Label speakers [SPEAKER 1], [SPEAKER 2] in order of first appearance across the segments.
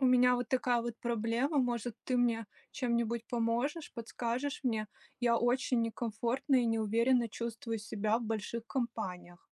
[SPEAKER 1] У меня вот такая вот проблема. Может, ты мне чем-нибудь поможешь, подскажешь мне? Я очень некомфортно и неуверенно чувствую себя в больших компаниях.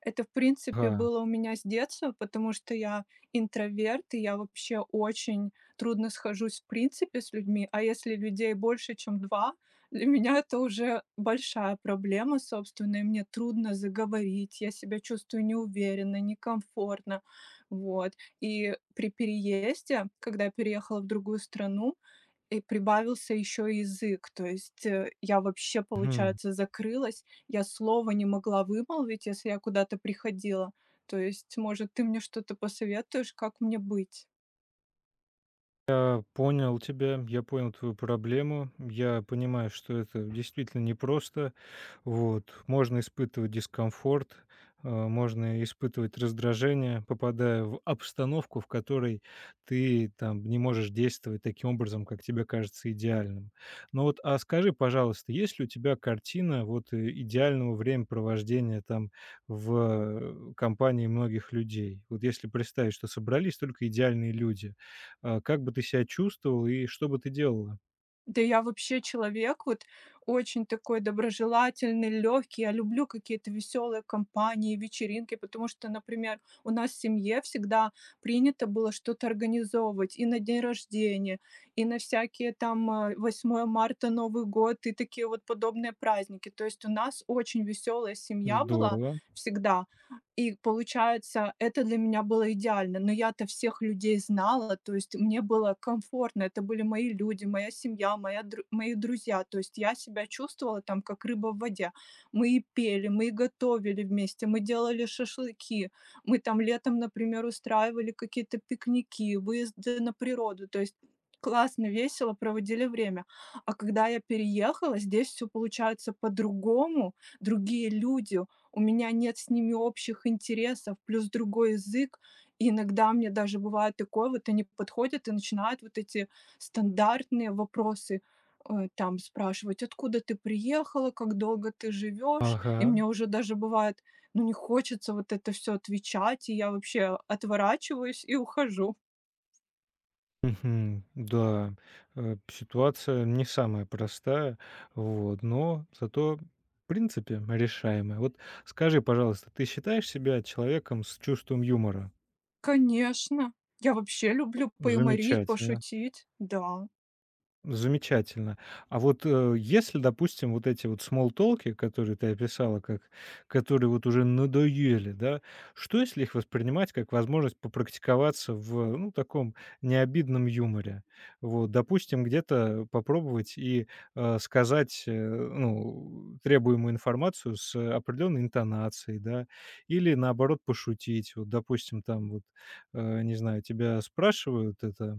[SPEAKER 1] Это, в принципе,
[SPEAKER 2] Ага,
[SPEAKER 1] было у меня с детства, потому что я интроверт, и я вообще очень трудно схожусь в принципе с людьми. А если людей больше, чем два, для меня это уже большая проблема, собственно, и мне трудно заговорить, я себя чувствую неуверенно, некомфортно. Вот. И при переезде, когда я переехала в другую страну, и прибавился еще язык. То есть, я вообще,
[SPEAKER 2] мгм.
[SPEAKER 1] получается, закрылась. Я слова не могла вымолвить, если я куда-то приходила. То есть, может, ты мне что-то посоветуешь, как мне быть?
[SPEAKER 2] Я понял тебя, я понял твою проблему. Я понимаю, что это действительно непросто. Вот. Можно испытывать дискомфорт, можно испытывать раздражение, попадая в обстановку, в которой ты там не можешь действовать таким образом, как тебе кажется идеальным. Но вот, а скажи, пожалуйста, есть ли у тебя картина вот идеального времяпровождения там в компании многих людей? Вот если представить, что собрались только идеальные люди, как бы ты себя чувствовал и что бы ты делала?
[SPEAKER 1] Да я вообще человек вот очень такой доброжелательный, легкий. Я люблю какие-то веселые компании, вечеринки, потому что, например, у нас в семье всегда принято было что-то организовывать и на день рождения, и на всякие там 8 марта, Новый год и такие вот подобные праздники. То есть у нас очень веселая семья была
[SPEAKER 2] Здорово.
[SPEAKER 1] всегда. И получается, это для меня было идеально. Но я-то всех людей знала, то есть мне было комфортно. Это были мои люди, моя семья, моя, мои друзья. То есть я себя чувствовала там как рыба в воде. Мы и пели, мы и готовили вместе, мы делали шашлыки, мы там летом, например, устраивали какие-то пикники, выезды на природу. То есть классно, весело проводили время. А когда я переехала, здесь все получается по-другому, другие люди, у меня нет с ними общих интересов, плюс другой язык. И иногда мне даже бывает такое, вот они подходят и начинают вот эти стандартные вопросы там спрашивать, откуда ты приехала, как долго ты живешь. И
[SPEAKER 2] Ага.
[SPEAKER 1] мне уже даже бывает, ну не хочется вот это все отвечать, и я вообще отворачиваюсь и ухожу.
[SPEAKER 2] Мгм. Да, ситуация не самая простая, вот, но зато, в принципе, решаемая. Вот скажи, пожалуйста, ты считаешь себя человеком с чувством юмора?
[SPEAKER 1] Конечно, я вообще люблю поюморить,
[SPEAKER 2] Замечательно.
[SPEAKER 1] пошутить, да.
[SPEAKER 2] Замечательно. А вот, если, допустим, вот эти вот смолтолки, которые ты описала, как которые вот уже надоели, да, что если их воспринимать как возможность попрактиковаться в, ну, таком необидном юморе? Вот, допустим, где-то попробовать и, сказать, ну, требуемую информацию с определенной интонацией, да, или наоборот пошутить. Вот, допустим, там вот, не знаю, тебя спрашивают это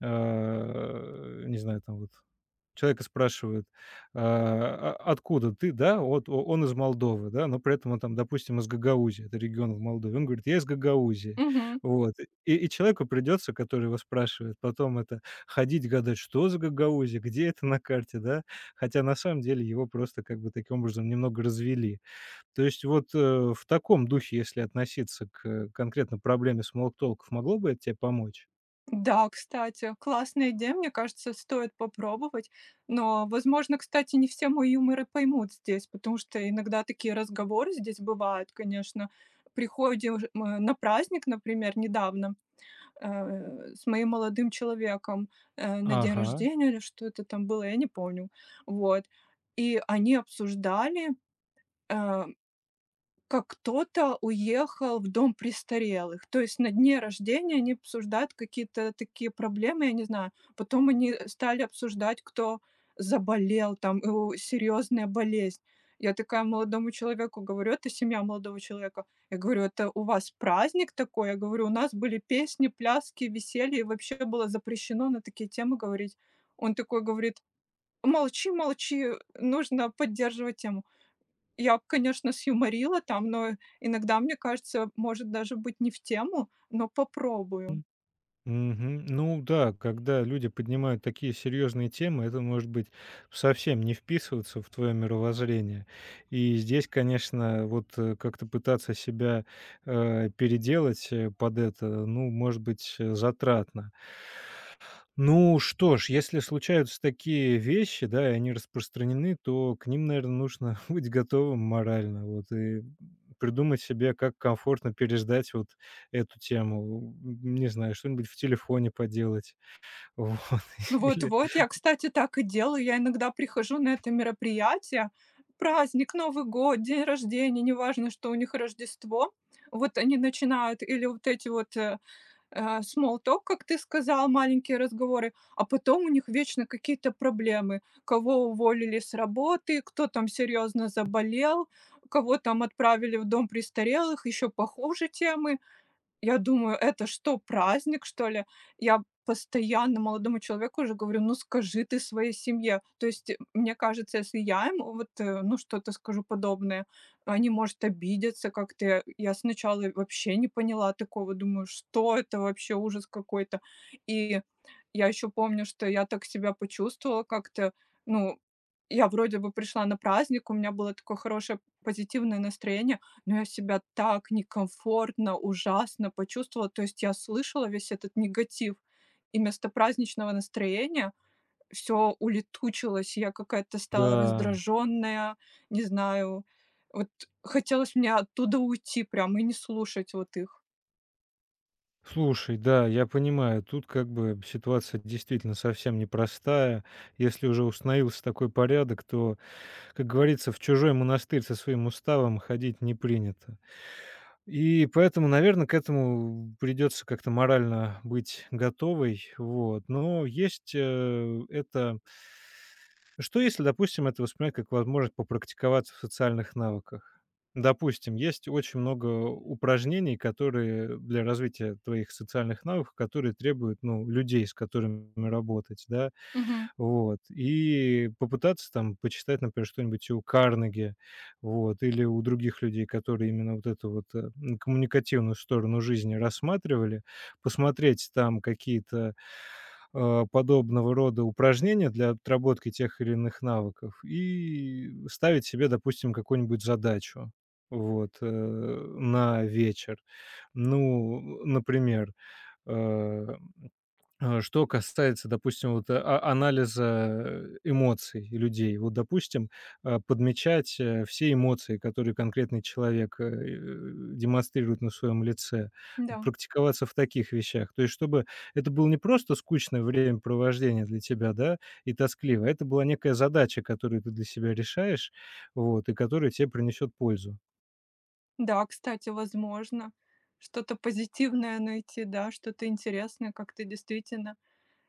[SPEAKER 2] Не знаю, там вот человека спрашивают: "А, а откуда ты?" Да, вот о он из Молдовы, да, но при этом он там, допустим, из Гагаузии, это регион в Молдове. Он говорит: "Я из Гагаузии".
[SPEAKER 1] Мгм.
[SPEAKER 2] Вот. И человеку придется, который его спрашивает, потом это ходить гадать, что за Гагаузия, где это на карте, да. Хотя на самом деле его просто как бы таким образом немного развели. То есть вот, в таком духе, если относиться к конкретно проблеме смоллтолков, могло бы это те помочь?
[SPEAKER 1] Да, кстати, классная идея, мне кажется, стоит попробовать. Но, возможно, кстати, не все мои юморы поймут здесь, потому что иногда такие разговоры здесь бывают, конечно. Приходишь на праздник, например, недавно с моим молодым человеком на день
[SPEAKER 2] Ага.
[SPEAKER 1] рождения или что это там было, я не помню. Вот. И они обсуждали э, как кто-то уехал в дом престарелых. То есть на дне рождения они обсуждают какие-то такие проблемы, я не знаю. Потом они стали обсуждать, кто заболел, там, у серьезная болезнь. Я такая молодому человеку говорю, это семья молодого человека. Я говорю, это у вас праздник такой? Я говорю, у нас были песни, пляски, веселье, и вообще было запрещено на такие темы говорить. Он такой говорит, молчи, молчи, нужно поддерживать тему. Я, конечно, сюморила там, но иногда, мне кажется, может даже быть не в тему, но попробую.
[SPEAKER 2] Мгм. Ну да, когда люди поднимают такие серьезные темы, это может быть совсем не вписываться в твое мировоззрение. И здесь, конечно, вот как-то пытаться себя переделать под это, ну, может быть, затратно. Ну что ж, если случаются такие вещи, да, и они распространены, то к ним, наверное, нужно быть готовым морально, вот, и придумать себе, как комфортно переждать вот эту тему. Не знаю, что-нибудь в телефоне поделать, вот, или...
[SPEAKER 1] Вот-вот, я, кстати, так и делаю. Я иногда прихожу на это мероприятие, праздник, Новый год, день рождения, неважно, что у них Рождество. Вот они начинают или вот эти вот, small talk, как ты сказал, маленькие разговоры, а потом у них вечно какие-то проблемы. Кого уволили с работы, кто там серьезно заболел, кого там отправили в дом престарелых, еще похуже темы. Я думаю, это что, праздник, что ли? Я постоянно молодому человеку уже говорю: «Ну, скажи ты своей семье». То есть, мне кажется, если я им вот, ну, что-то скажу подобное, они, может, обидятся как-то. Я сначала и вообще не поняла такого, думаю: «Что это вообще? Ужас какой-то». И я еще помню, что я так себя почувствовала как-то. Ну, я вроде бы пришла на праздник, у меня было такое хорошее позитивное настроение, но я себя так некомфортно, ужасно почувствовала. То есть я слышала весь этот негатив, и вместо праздничного настроения все улетучилось. Я какая-то стала
[SPEAKER 2] Да,
[SPEAKER 1] раздраженная, не знаю. Вот хотелось мне оттуда уйти прям и не слушать вот их.
[SPEAKER 2] слушай, да, я понимаю, тут как бы ситуация действительно совсем непростая. Если уже установился такой порядок, то, как говорится, в чужой монастырь со своим уставом ходить не принято. И поэтому, наверное, к этому придется как-то морально быть готовой. Вот. Но есть, это. Что если, допустим, это воспринимать как возможность попрактиковаться в социальных навыках? Допустим, есть очень много упражнений, которые для развития твоих социальных навыков, которые требуют, ну, людей, с которыми работать, да.
[SPEAKER 1] Мгм.
[SPEAKER 2] Вот. И попытаться там почитать, например, что-нибудь у Карнеги, вот, или у других людей, которые именно вот эту вот коммуникативную сторону жизни рассматривали, посмотреть там какие-то подобного рода упражнения для отработки тех или иных навыков и ставить себе, допустим, какую-нибудь задачу вот, на вечер. Ну, например, э, что касается, допустим, вот, а- анализа эмоций людей. Вот, допустим, подмечать, все эмоции, которые конкретный человек, демонстрирует на своем лице.
[SPEAKER 1] Да,
[SPEAKER 2] Практиковаться в таких вещах. То есть чтобы это было не просто скучное времяпровождение для тебя, да, и тоскливо. Это была некая задача, которую ты для себя решаешь, вот, и которая тебе принесет пользу.
[SPEAKER 1] да, кстати, возможно, что-то позитивное найти, да, что-то интересное, как-то действительно.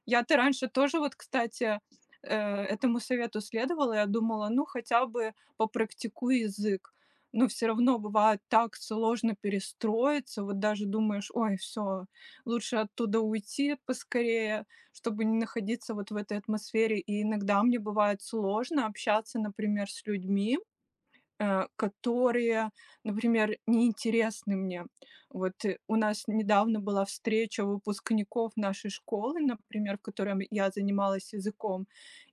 [SPEAKER 1] Я-то раньше тоже вот, кстати, э, этому совету следовала. Я думала, ну, хотя бы попрактикуй язык. Но все равно бывает так сложно перестроиться. Вот даже думаешь: «Ой, все, лучше оттуда уйти поскорее, чтобы не находиться вот в этой атмосфере». И иногда мне бывает сложно общаться, например, с людьми которые, например, неинтересны мне. Вот, у нас недавно была встреча выпускников нашей школы, например, в которой я занималась языком,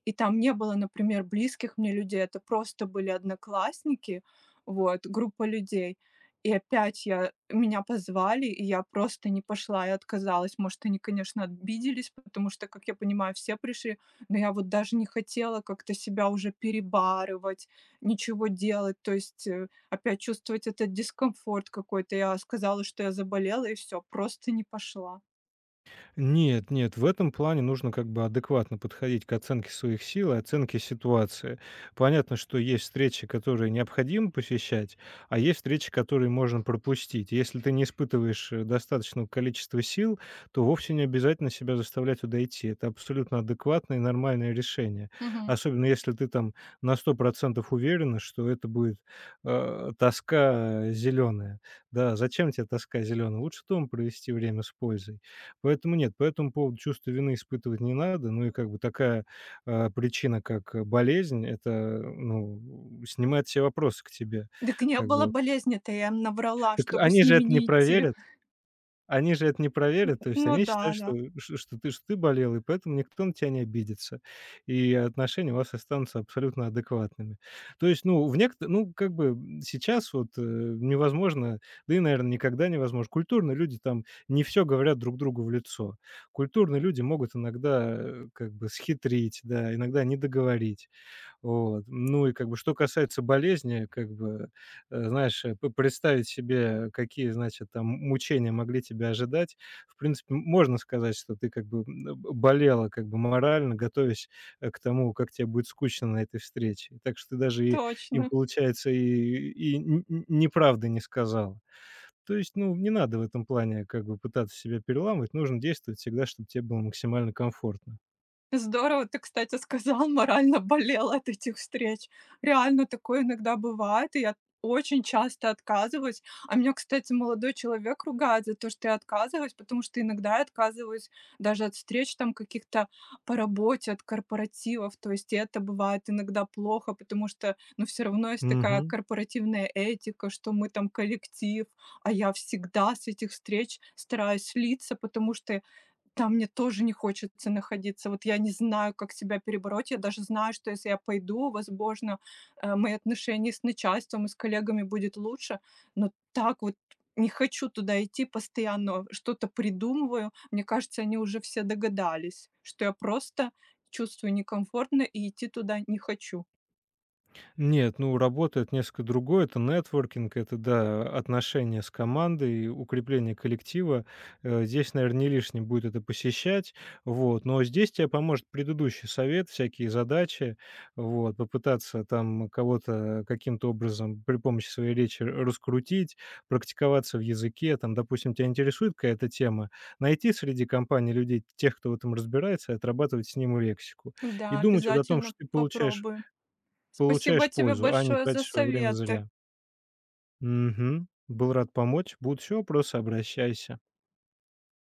[SPEAKER 1] и там не было, например, близких мне людей. Это просто были одноклассники, вот, группа людей. И опять я меня позвали, и я просто не пошла и отказалась. Может, они, конечно, обиделись, потому что, как я понимаю, все пришли, но я вот даже не хотела как-то себя уже перебарывать, ничего делать, то есть, опять чувствовать этот дискомфорт какой-то. Я сказала, что я заболела, и все, просто не пошла.
[SPEAKER 2] Нет, нет, в этом плане нужно как бы адекватно подходить к оценке своих сил и оценке ситуации. Понятно, что есть встречи, которые необходимо посещать, а есть встречи, которые можно пропустить. Если ты не испытываешь достаточного количества сил, то вовсе не обязательно себя заставлять туда идти. Это абсолютно адекватное и нормальное решение.
[SPEAKER 1] Мгм.
[SPEAKER 2] Особенно если ты там на 100% уверена, что это будет тоска зеленая. Да, зачем тебе тоска зеленая? Лучше дома провести время с пользой. Поэтому нет, по этому поводу чувство вины испытывать не надо. Ну и как бы такая, причина, как, болезнь, это, ну, снимает все вопросы к тебе.
[SPEAKER 1] Дак не
[SPEAKER 2] Как
[SPEAKER 1] было
[SPEAKER 2] бы
[SPEAKER 1] болезни-то, я им наврала,
[SPEAKER 2] так
[SPEAKER 1] чтобы с
[SPEAKER 2] они же
[SPEAKER 1] ними
[SPEAKER 2] это не
[SPEAKER 1] не идти.
[SPEAKER 2] проверят. Они же это не проверят, то есть
[SPEAKER 1] Ну
[SPEAKER 2] они
[SPEAKER 1] да,
[SPEAKER 2] считают, что
[SPEAKER 1] да,
[SPEAKER 2] ш что ты болел, и поэтому никто на тебя не обидится, и отношения у вас останутся абсолютно адекватными. То есть, ну, в некотор ну, как бы, сейчас вот, невозможно, да и, наверное никогда невозможно. Культурные люди там не все говорят друг другу в лицо. Культурные люди могут иногда, как бы схитрить, да, иногда не договорить. Вот. Ну и как бы что касается болезни, как бы, знаешь, п представить себе, какие, значит, там мучения могли тебя ожидать. В принципе, можно сказать, что ты как бы, б болела как бы морально, готовясь, к тому, как тебе будет скучно на этой встрече. Так что ты даже и им,
[SPEAKER 1] точно.
[SPEAKER 2] получается, и н н неправды не сказала. То есть, ну, не надо в этом плане как бы пытаться себя переламывать, нужно действовать всегда, чтобы тебе было максимально комфортно.
[SPEAKER 1] Здорово ты, кстати, сказал, морально болела от этих встреч. Реально такое иногда бывает, и я очень часто отказываюсь. А меня, кстати, молодой человек ругает за то, что я отказываюсь, потому что иногда я отказываюсь даже от встреч там каких-то по работе, от корпоративов. То есть и это бывает иногда плохо, потому что, ну, все равно есть такая
[SPEAKER 2] Мгм.
[SPEAKER 1] корпоративная этика, что мы там коллектив, а я всегда с этих встреч стараюсь слиться, потому что там мне тоже не хочется находиться. Вот я не знаю, как себя перебороть. Я даже знаю, что если я пойду, возможно, мои отношения с начальством и с коллегами будет лучше. Но так вот не хочу туда идти, постоянно что-то придумываю. Мне кажется, они уже все догадались, что я просто чувствую некомфортно и идти туда не хочу.
[SPEAKER 2] Нет, ну, работа- это несколько другое. Это нетворкинг, это, да, отношения с командой, укрепление коллектива. Здесь, наверное, не лишним будет это посещать. Вот, но здесь тебе поможет предыдущий совет, всякие задачи. Вот, попытаться там кого-то каким-то образом при помощи своей речи раскрутить, практиковаться в языке. Там, допустим, тебя интересует какая-то тема, найти среди компаний людей, тех, кто в этом разбирается, и отрабатывать с ним лексику. И
[SPEAKER 1] Да,
[SPEAKER 2] думать вот о том,
[SPEAKER 1] обязательно
[SPEAKER 2] что ты получаешь.
[SPEAKER 1] попробую. Спасибо
[SPEAKER 2] Получаешь
[SPEAKER 1] тебе
[SPEAKER 2] пользу, а не
[SPEAKER 1] большое за
[SPEAKER 2] тратишь свое время
[SPEAKER 1] советы.
[SPEAKER 2] зря. Мгм. Был рад помочь. Будут еще вопросы- обращайся.